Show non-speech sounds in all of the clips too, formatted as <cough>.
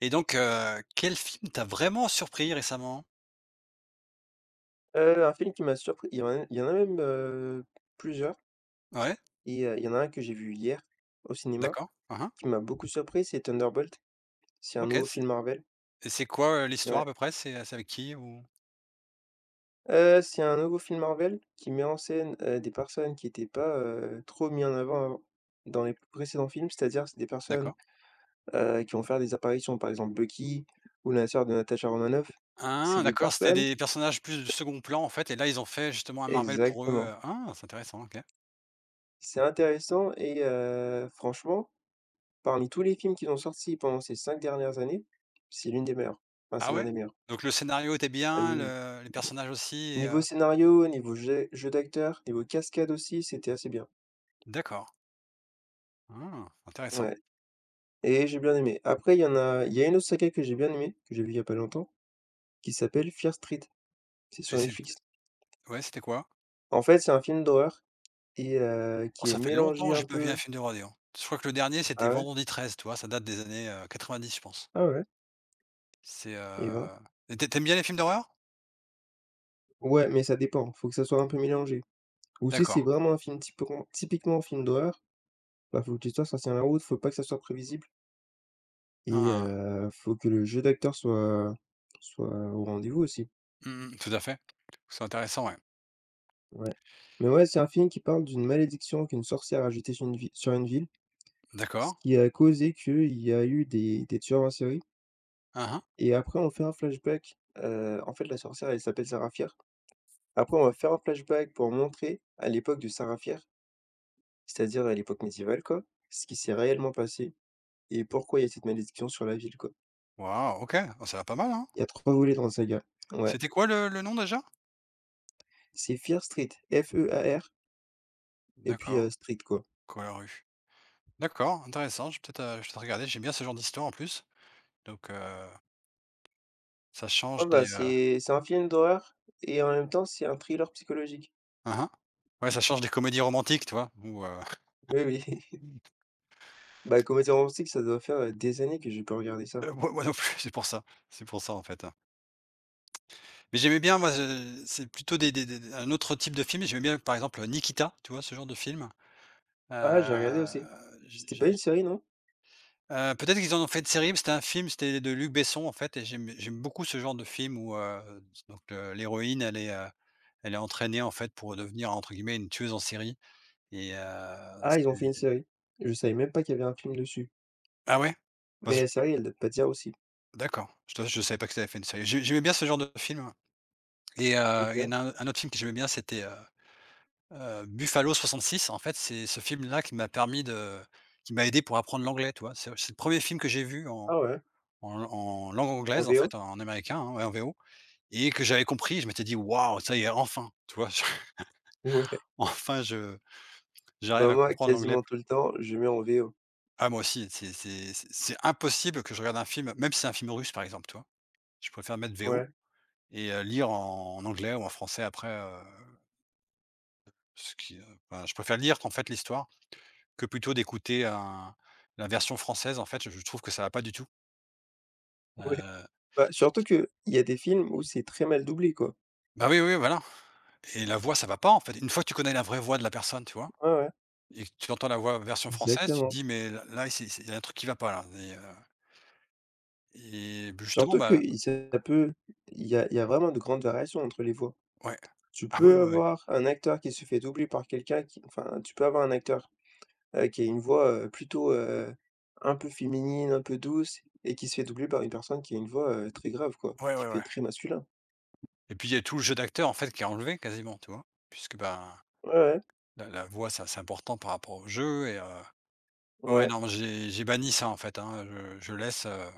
Et donc, quel film t'a vraiment surpris récemment? Un film qui m'a surpris, il y en a même, plusieurs Ouais, et il y en a un que j'ai vu hier au cinéma d'accord. Mmh. qui m'a beaucoup surpris, c'est Thunderbolt. C'est un OK, nouveau film Marvel. C'est quoi, l'histoire à Ouais. peu près? C'est avec qui ou? C'est un nouveau film Marvel qui met en scène, des personnes qui n'étaient pas, trop mis en avant dans les précédents films, c'est-à-dire c'est des personnes, D'accord. Qui vont faire des apparitions, par exemple Bucky ou la sœur de Natasha Romanoff. Ah C'est des d'accord, c'était personnes des personnages plus de second plan en fait et là ils ont fait justement un Marvel pour eux, exactement. Ah c'est intéressant, OK. C'est intéressant et franchement, parmi tous les films qu'ils ont sortis pendant ces 5 dernières années, c'est l'une des meilleures. Enfin, c'est Ah l'un ouais? des meilleurs. Donc le scénario était Ah oui, bien, oui. le les personnages aussi et Niveau scénario, niveau jeu d'acteur, niveau cascade aussi, c'était assez bien. d'accord. Ah intéressant Ouais, et j'ai bien aimé. Après, il y a une autre saga que j'ai bien aimée, que j'ai vue il y a pas longtemps, qui s'appelle Fear Street. C'est et sur Netflix. ouais, c'était quoi? En fait, c'est un film d'horreur et Oh qui est ça fait longtemps mélangé que un j'ai pas vu un peu. film de dis Je crois que le dernier c'était Ah ouais? Vendredi 13, tu vois? Ça date des années, 90 je pense. Ah ouais? C'est, Et ben heu et tu aimes bien les films d'horreur? ouais, mais ça dépend, faut que ça soit un peu mélangé ou si D'accord. c'est vraiment un film typiquement un film d'horreur, bah, faut que l'histoire soit tienne la route, faut pas que ça soit prévisible. Hein, Et hein. Faut que le jeu d'acteur soit au rendez-vous aussi, Mmh mh. Tout à fait. C'est intéressant, ouais. ouais. Mais ouais, c'est un film qui parle d'une malédiction qu'une sorcière a jetée sur une vi sur une ville, ce D'accord. qui a causé qu'il y a eu des tueurs en série Hein, hein. et après on fait un flashback, en fait la sorcière elle s'appelle Sarah Fier. Après on va faire un flashback pour montrer à l'époque de Sarah Fier, c'est-à-dire à l'époque médiévale quoi, ce qui s'est réellement passé et pourquoi il y a cette malédiction sur la ville quoi. Waouh, OK. Oh, ça va pas mal, hein. Il y a 3 volets dans la saga, ouais. C'était quoi le nom déjà? C'est Fear Street, Fear et puis, D'accord. Street quoi. Cohorue. D'accord, intéressant. Je vais peut-être regarder. J'aime bien ce genre d'histoire en plus, donc ça Ouais, change bah, des, c'est un film d'horreur et en même temps, c'est un thriller psychologique. hein, hein. Ouais, ça change des comédies romantiques, tu vois? Ou, Oui, oui. <laughs> Bah, comédie romantique, ça doit faire, des années que j'ai pas regardé ça. <laughs> Moi non plus, <laughs> c'est pour ça. C'est pour ça, en fait, hein. Mais j'aimais bien moi, je c'est plutôt des un autre type de film. J'aimais bien, par exemple, Nikita, tu vois, ce genre de film? Heu, Ah, j'ai regardé aussi. C'était pas je une j série, non? Peut-être qu'ils en ont fait une série, mais c'était un film, c'était de Luc Besson, en fait et j'aime beaucoup ce genre de film où, donc l'héroïne, elle est entraînée, en fait, pour devenir, entre guillemets, «une tueuse en série» et Ah, ils ont fait une c'est série. Je savais même pas qu'il y avait un film dessus. ah ouais? Bah, Mais la je série, elle date pas d'hier aussi. D'accord, je savais pas que ça avait fait une série. J'aimais bien ce genre de film, ouais et il y en OK. a un autre film que j'aimais bien, c'était, Buffalo 66. En fait, c'est ce film-là qui m'a permis de qui m'a aidé pour apprendre l'anglais, tu vois? C'est le premier film que j'ai vu Ah en ouais? en langue En anglaise, en VO? fait, en américain, hein, ouais, en VO et que j'avais compris. Je m'étais dit: «Waouh, ça y est, enfin!» Tu vois? <laughs> Ouais. Enfin, je Bah, j'arrive à moi, comprendre l'anglais. quasiment tout le temps, je mets en VO. Ah, moi aussi, c'est impossible que je regarde un film, même si c'est un film russe, par exemple, tu vois? Je préfère mettre VO Ouais, et lire en anglais ou en français après, ce qui, enfin, je préfère lire, en fait, l'histoire que plutôt d'écouter un la version française, en fait, je trouve que ça va pas du tout. ouais. Heu, Bah, surtout que il y a des films où c'est très mal doublé, quoi. Bah, oui, oui, voilà et la voix, ça va pas, en fait. Une fois que tu connais la vraie voix de la personne, tu vois? Ouais, ouais, Et que tu entends la voix version française, tu te exactement. dis: «Mais là là, c'est il y a un truc qui va pas là» et justement, Surtout que bah i ça peut il y a vraiment de grandes variations entre les voix. ouais. <laughs> Tu Ah ouais, peux ouais, ouais. avoir un acteur qui se fait doubler par quelqu'un qui enfin, tu peux avoir un acteur, qui a une voix, plutôt, un peu féminine, un peu douce et qui se fait doubler par une personne qui a une voix, très grave quoi, Ouais, qui ouais, fait ouais très masculin. et puis il y a tout le jeu d'acteur, en fait, qui est enlevé quasiment, tu vois? Puisque, ben, Ouais, ouais, la voix, ça c'est important par rapport au jeu et ouais, ouais, ouais. non, j'ai banni ça, en fait, hein, je laisse,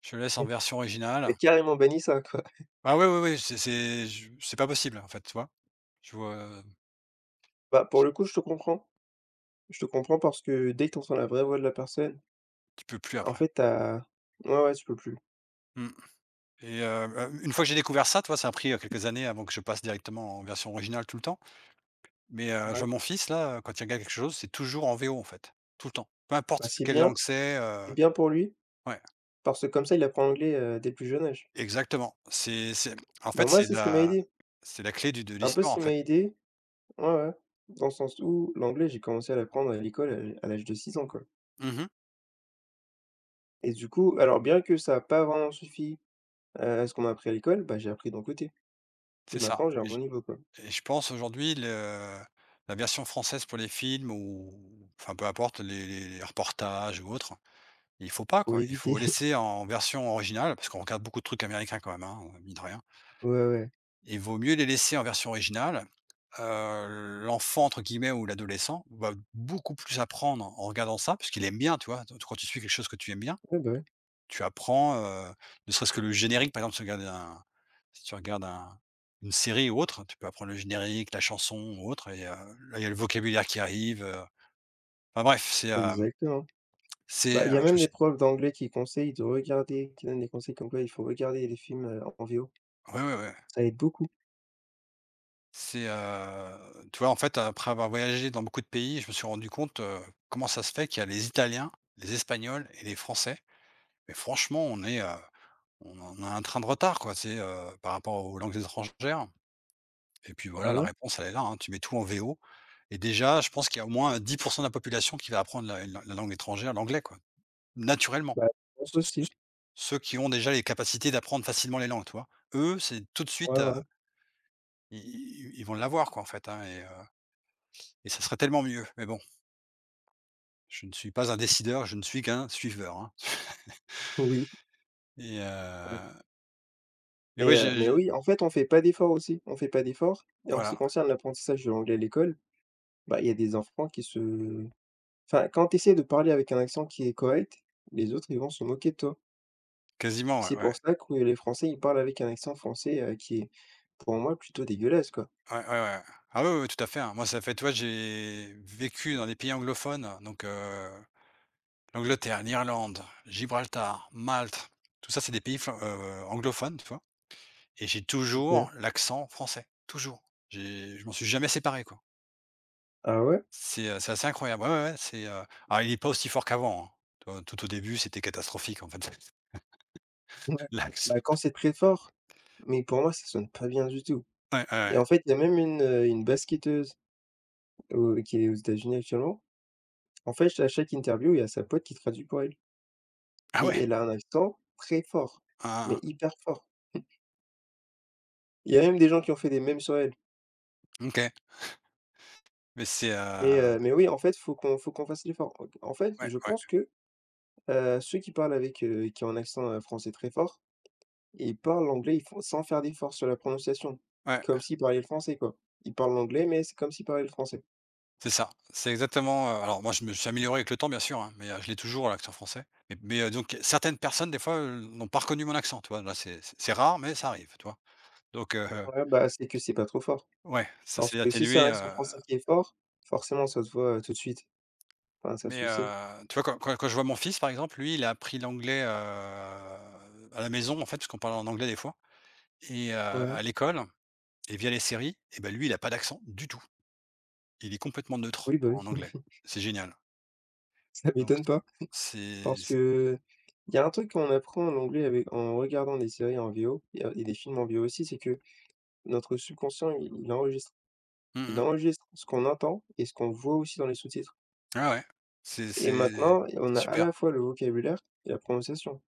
je laisse en version originale. Tu carrément banni ça quoi. Ah ouais, ouais, ouais, c'est pas possible, en fait, tu vois? Je vois, Bah, pour j le coup, je te comprends. Je te comprends parce que dès que tu entends la vraie voix de la personne, tu peux plus en après. fait, t'as ouais, ouais, tu peux plus. Mmh. Et bah, une fois que j'ai découvert ça, tu vois, ça a pris, quelques années avant que je passe directement en version originale tout le temps. Mais je Ouais. vois mon fils là, quand il regarde quelque chose, c'est toujours en VO en fait, tout le temps. Peu Bah, importe quelle langue c'est, c'est bien pour lui ouais, parce que comme ça, il apprend l'anglais, dès le plus jeune âge. exactement. C'est En Bah, fait, moi, c'est ce qui m'a aidé. c'est la clé du de Un peu ce l'histoire en qui m'a fait. aidé. Ouais, ouais, dans le sens où l'anglais, j'ai commencé à l'apprendre à l'école à l'âge de 6 ans, quoi, Mmh. et du coup alors bien que ça a pas vraiment suffi à ce qu'on m'a appris à l'école, bah, j'ai appris d'un côté et C'est ça maintenant j'ai un et bon je niveau, quoi. Pense aujourd'hui le la version française pour les films ou enfin peu importe les reportages ou autres, il faut pas Faut quoi. Il faut éviter. <laughs> laisser en version originale parce qu'on regarde beaucoup de trucs américains quand même, hein, mine de rien. Ouais, ouais. Il vaut mieux les laisser en version originale. L'enfant entre guillemets ou l'adolescent va beaucoup plus apprendre en regardant ça, parce qu'il aime bien, tu vois? T Quand tu suis quelque chose que tu aimes bien, Ouais, bah, ouais, tu apprends, ne serait-ce que le générique, par exemple, si tu regardes un une série ou autre, tu peux apprendre le générique, la chanson ou autre et là, il y a le vocabulaire qui arrive, enfin bref, exactement. Bah, il y a je me même des suis profs d'anglais qui conseillent de regarder qui donnent des conseils comme quoi il faut regarder les films, en VO. ouais, ouais, ouais, Ça aide beaucoup. c'est, heu, tu vois, en fait, après avoir voyagé dans beaucoup de pays, je me suis rendu compte, comment ça se fait qu'il y a les Italiens, les Espagnols et les Français, mais franchement, on en a un train de retard quoi, par rapport aux langues étrangères et puis Ah voilà, la ouais? réponse elle est là, hein. Tu mets tout en VO et déjà je pense qu'il y a au moins 10% de la population qui va apprendre la langue étrangère, l'anglais quoi, naturellement. Bah, je pense Ce aussi. ce Ceux qui ont déjà les capacités d'apprendre facilement les langues, tu vois? Eux, c'est tout de Ouais, suite, ouais. i i ils vont l'avoir quoi en fait, hein et ça serait tellement mieux. Mais bon, je ne suis pas un décideur, je ne suis qu'un suiveur, hein Oui, et ouais, ouais, mais j'ai oui, en fait, on fait pas d'efforts aussi, on fait pas d'efforts et en ce qui voilà, concerne l'apprentissage de l'anglais à l'école. Bah, il y a des enfants qui se enfin, quand tu essaies de parler avec un accent qui est correct, les autres, ils vont se moquer de toi. quasiment, C'est ouais, ouais. pour ça que les Français, ils parlent avec un accent français, qui est, pour moi, plutôt dégueulasse, quoi. Ouais, ouais, ouais. Ah oui, oui, tout à fait, hein. Moi, ça fait tu vois, j'ai vécu dans des pays anglophones, donc l'Angleterre, l'Irlande, Gibraltar, Malte, tout ça, c'est des pays flan anglophones, tu vois? Et j'ai Tu toujours l'accent français, toujours. J'ai Je m'en suis jamais séparé, quoi. Ah ouais? C'est assez incroyable. Ouais, ouais, ouais, alors il est pas aussi fort qu'avant, hein. Tu vois, tout au début, c'était catastrophique, en fait, Ouais. <laughs> l'accent. Bah, quand c'est très fort, mais pour moi, ça sonne pas bien du tout, Ouais, ouais, et ouais. en fait, il y a même une basketteuse au qui est aux États-Unis actuellement. En fait, à chaque interview, il y a sa pote qui traduit pour elle Ah et ouais? elle a un accent très fort, mais Hein, hein, hyper fort. Il y a même des gens qui ont fait des mèmes sur elle. hein. OK. Mais c'est, heu Mais oui, en fait, faut qu'on fasse l'effort. En fait, ouais, je ouais, pense que, ceux qui parlent avec, qui ont un accent, français très fort, ils parlent l'anglais, ils font sans faire d'effort sur la prononciation, ouais. comme s'ils parlaient le français, quoi. Ils parlent l'anglais, mais c'est comme s'ils parlaient le français. C'est ça, c'est exactement, alors moi je me suis amélioré avec le temps bien sûr, hein, mais je l'ai toujours hein, l'accent français. Donc certaines personnes des fois, n'ont pas reconnu mon accent, tu vois? Là c'est rare, mais ça arrive, tu vois? Donc heu, Ouais, bah, c'est que c'est pas trop fort. ouais, ça Parce s'est que si c'est un atténué, accent français qui est fort, forcément ça se voit, tout de suite. Enfin, ça mais se sait. Tu vois quand je vois mon fils par exemple, lui il a appris l'anglais, à la maison en fait, parce qu'on parle en anglais des fois et Ouais. à l'école et via les séries et ben lui il a pas d'accent du tout. Il est complètement neutre Oui, bah, oui, en <laughs> anglais. C'est génial. ça Donc m'étonne pas. Parce c'est que il y a un truc qu'on apprend l'anglais avec en regardant des séries en VO et des films en VO aussi, c'est que notre subconscient, il enregistre. Mmh Il mmh. enregistre ce qu'on entend et ce qu'on voit aussi dans les sous-titres. Ah ouais, Et c'est maintenant, on a à super. la fois le vocabulaire et la prononciation,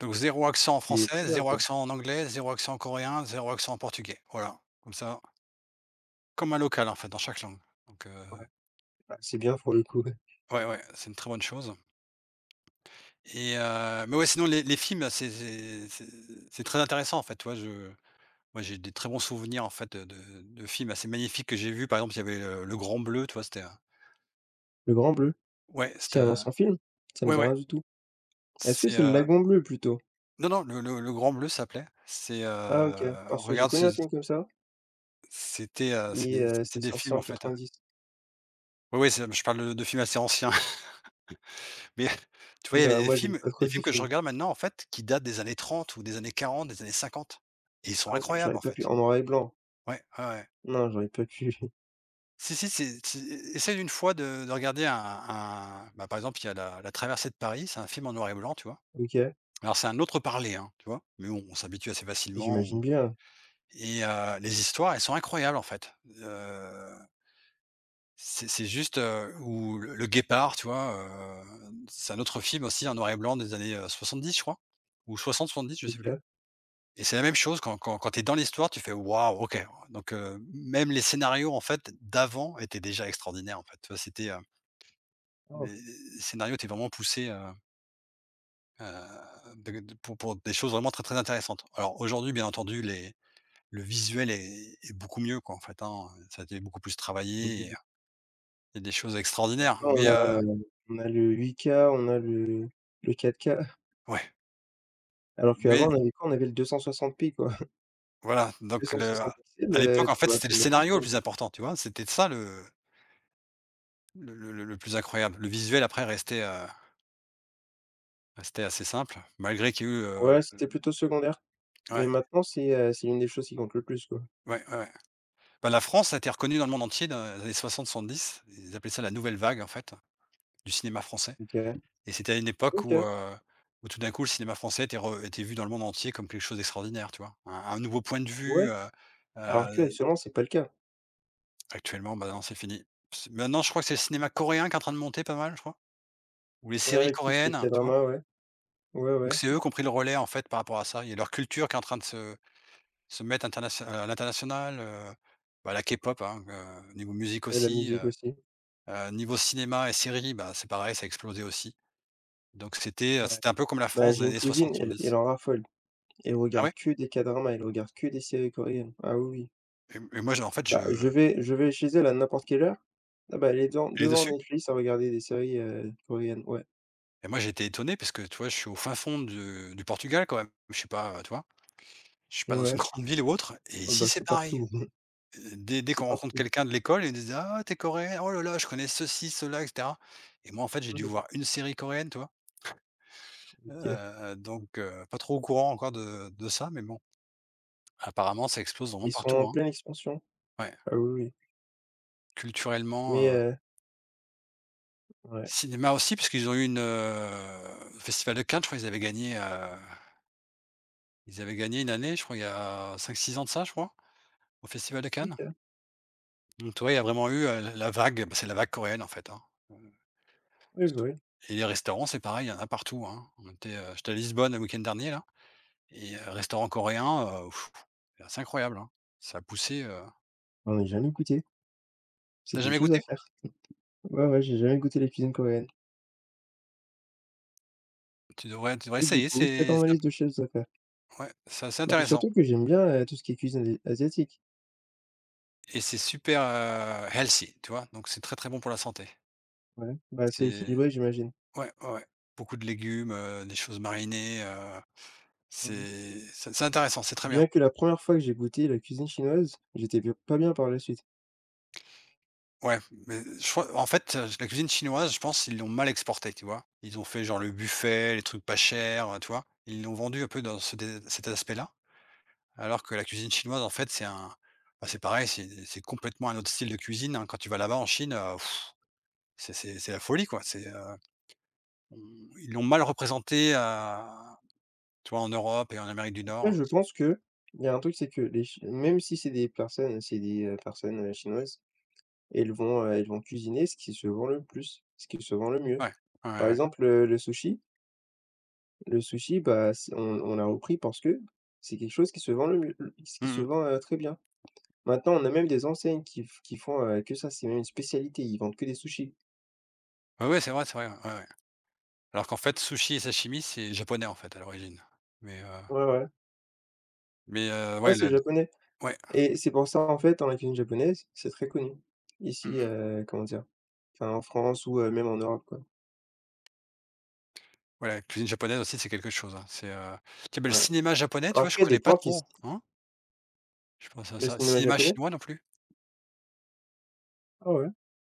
Donc zéro accent ce en qui est très français, bien, zéro quoi. accent en anglais, zéro accent en coréen, zéro accent en portugais. Voilà, comme ça, comme un local, en fait, dans chaque langue. Donc Ouais, bah, c'est bien pour le coup, <laughs> ouais. ouais, ouais, c'est une très bonne chose et mais ouais, sinon les films, c'est très intéressant, en fait, tu vois? Je Moi, j'ai des très bons souvenirs, en fait, de films assez magnifiques que j'ai vus. Par exemple, il y avait, Le Grand Bleu, tu vois? Le Grand Bleu, C'était c'est un un ancien film? Ça me ouais, dit ouais, rien du tout. Est-ce que c'est, c'est Le heu Lagon Bleu plutôt? non, non, Le Grand Bleu, s'appelait. C'est, Ah OK, parce que j'ai regarde, connu un film comme ça c'était, et c'est c'est des sorti films en en fait, 90. oui, oui, c'est je parle de films assez anciens, <laughs> mais tu vois, il y Non, avait moi j'aime pas trop des ces films que je films. regarde maintenant en fait, qui datent des années 30 ou des années 40 des années 50 et ils sont Ah ouais, incroyables j'aurais en pas pu fait. en noir et blanc? Ouais, ouais, ouais. Non, j'aurais pas pu. <laughs> Si, si, c'est e essaye une fois de regarder un bah, par exemple, il y a la Traversée de Paris, c'est un film en noir et blanc, tu vois? OK, Alors c'est un autre parler, hein, tu vois? Mais bon, on s'habitue assez facilement, j'imagine on bien. et les histoires, elles sont incroyables en fait, heu. C'est juste, ou le Guépard, tu vois? C'est un autre film aussi en noir et blanc des années, 70 je crois, ou 60-70, je sais plus OK. et c'est la même chose quand tu es dans l'histoire, tu fais: «Waouh, OK». Donc même les scénarios en fait d'avant étaient déjà extraordinaires en fait, tu vois? C'était, Ah ouais. Les scénarios étaient vraiment poussés, heu, de pour des choses vraiment très, très intéressantes. Alors aujourd'hui, bien entendu, les le visuel est beaucoup mieux quoi en fait, hein, ça a été beaucoup plus travaillé et il y a des choses extraordinaires Maintenant on a, heu, on a le 8K on a le 4K. ouais, Alors qu'avant, mais on avait quoi? On avait le 260p, quoi. <laughs> voilà. Donc le 260 pixels, à l'époque, en tu fait, vois à c'était le peine les scénario le personnes, plus important, tu vois? C'était ça le plus incroyable. Le visuel après restait assez simple, malgré qu'il y ait eu, quoi. heu, Ouais, c'était plutôt secondaire. Mais Ouais, maintenant, c'est une des choses qui compte le plus, quoi. ouais, ouais, ouais. Bah, la France a été reconnue dans le monde entier dans les années 60-70. Ils appelaient ça la nouvelle vague, en fait, du cinéma français, OK. et c'était à une époque OK. Où tout d'un coup, le cinéma français était vu dans le monde entier comme quelque chose d'extraordinaire, tu vois? Un nouveau point de vue, Ouais. heu Alors heu, qu'actuellement, c'est pas le cas. Actuellement, bah, non, c'est fini. C Maintenant, je crois que c'est le cinéma coréen qui est en train de monter pas mal, je crois. Ou les Ouais, séries avec tout ce qui est coréennes, tu vois? K-drama, ouais. Ouais, Donc ouais. c'est eux qui ont pris le relais, en fait, par rapport à ça. Il y a leur culture qui est en train de se se mettre internation à l'international. Bah, la K-pop, hein, niveau musique Ouais, la aussi, musique heu aussi. heu, niveau cinéma et séries, bah, c'est pareil, ça a explosé aussi. Donc Ouais. c'était un peu comme la Bah, France j'ai des une années cousine, elle 60-70. en raffole. Elle Ah regarde ouais? que des K-dramas, elle regarde que des séries coréennes. Ah oui, oui. Et moi, je en fait, je Bah, je vais chez elle à n'importe quelle heure. Ah bah, elle est devant j'allais devant dessus, Netflix à regarder des séries, coréennes, ouais. et moi, j'étais étonné parce que, tu vois, je suis au fin fond de du Portugal quand même. Je suis pas, tu vois? Je suis pas dans une <laughs> Ouais. grande ville ou autre et Ah bah, ici, c'est c'est pareil. partout. Dès C'est qu'on rencontre partout. quelqu'un de l'école, ils disent: «Ah, t'es coréen? Oh là là, je connais ceci, cela et cetera.» Et moi, en fait, j'ai dû Mmh. voir une série coréenne, toi OK. vois? Donc pas trop au courant encore de ça, mais bon, apparemment, ça explose vraiment Ils sont partout, en hein. pleine expansion? Ouais, Ah oui, oui. culturellement, Mais heu, ouais, cinéma aussi, parce qu'ils ont eu le festival de Cannes, je crois. Ils avaient ils avaient gagné une année, je crois, il y a cinq six ans de ça, je crois, au festival de Cannes. OK. Donc tu vois, il y a vraiment eu la vague, bah, c'est la vague coréenne, en fait, hein. Oui, bah, oui. Et les restaurants, c'est pareil, il y en a partout, hein. J'étais à Lisbonne le week-end dernier là, et restaurant coréen, là c'est incroyable, hein. Ça a poussé. J'en ai jamais goûté. C'est Tu quelque jamais chose à goûté? faire. Ouais, ouais, j'ai jamais goûté la cuisine coréenne Tu devrais et du essayer, coup, c'est c'est dans ma c'est un liste de peu, choses à faire. ouais, c'est assez Bah, intéressant, surtout que j'aime bien, tout ce qui est cuisine asiatique. et c'est super, healthy, tu vois? Donc c'est très, très bon pour la santé. Ouais, bah, c'est C'est, équilibré, j'imagine. ouais, ouais, ouais. Beaucoup de légumes, des choses marinées. Ouais. C'est intéressant, c'est très bien. Bien que la première fois que j'ai goûté la cuisine chinoise, j'étais bien pas bien par la suite. Ouais, mais je crois en fait, la cuisine chinoise, je pense, ils l'ont mal exportée, tu vois? Ils ont fait genre le buffet, les trucs pas chers, tu vois? Ils l'ont vendu un peu dans ce dé cet aspect-là, alors que la cuisine chinoise, en fait, c'est un, bah, c'est pareil, c'est complètement un autre style de cuisine, hein. Quand tu vas là-bas en Chine, c'est la folie, quoi. C'est, on Ils l'ont mal représenté à, tu vois, en Europe et en Amérique du Après Nord. je pense qu'il y a un truc, c'est que les chi même si c'est des personnes, chinoises et ils vont cuisiner ce qui se vend le plus, ce qui se vend le mieux. Ouais, ouais, ouais, Par ouais. exemple, le sushi, bah, c'est on l'a repris parce que c'est quelque chose qui se vend le mieux le ce qui se Mmh. vend, très bien. Maintenant, on a même des enseignes qui font, que ça, c'est même une spécialité, ils vendent que des sushis. Ouais, ouais, c'est vrai, ouais, ouais, ouais. Alors qu'en fait, sushi et sashimi, c'est japonais, en fait, à l'origine. Mais, heu Ouais, ouais. mais, Ouais, ouais. c'est japonais Ouais. et c'est pour ça, en fait, dans la cuisine japonaise, c'est très connu Mmh ici, mh. Comment dire? Enfin, en France ou, même en Europe, quoi. Ouais, la cuisine japonaise aussi, c'est quelque chose, hein. Tiens, bah, le Ouais. cinéma japonais, tu vois, Alors je qu'il y a des connais pas plans qui s trop, hein. Je pense à le ça. cinéma Cinéma japonais? chinois non plus? Ah ouais.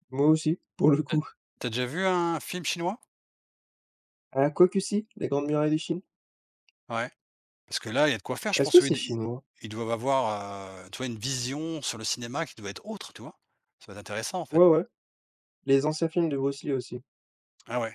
Moi aussi, pour le Tu as coup. tu as déjà vu un film chinois? Ah, quoique si, les grandes murailles de Chine. Ouais, parce que là, il y a de quoi faire. Je Est-ce pense que c'est qu'ils ils chinois? ils doivent avoir, tu vois, une vision sur le cinéma qui doit être autre, tu vois? Ça doit être intéressant, en fait. Ouais, ouais, les anciens films de Bruce Lee aussi. Ah ouais.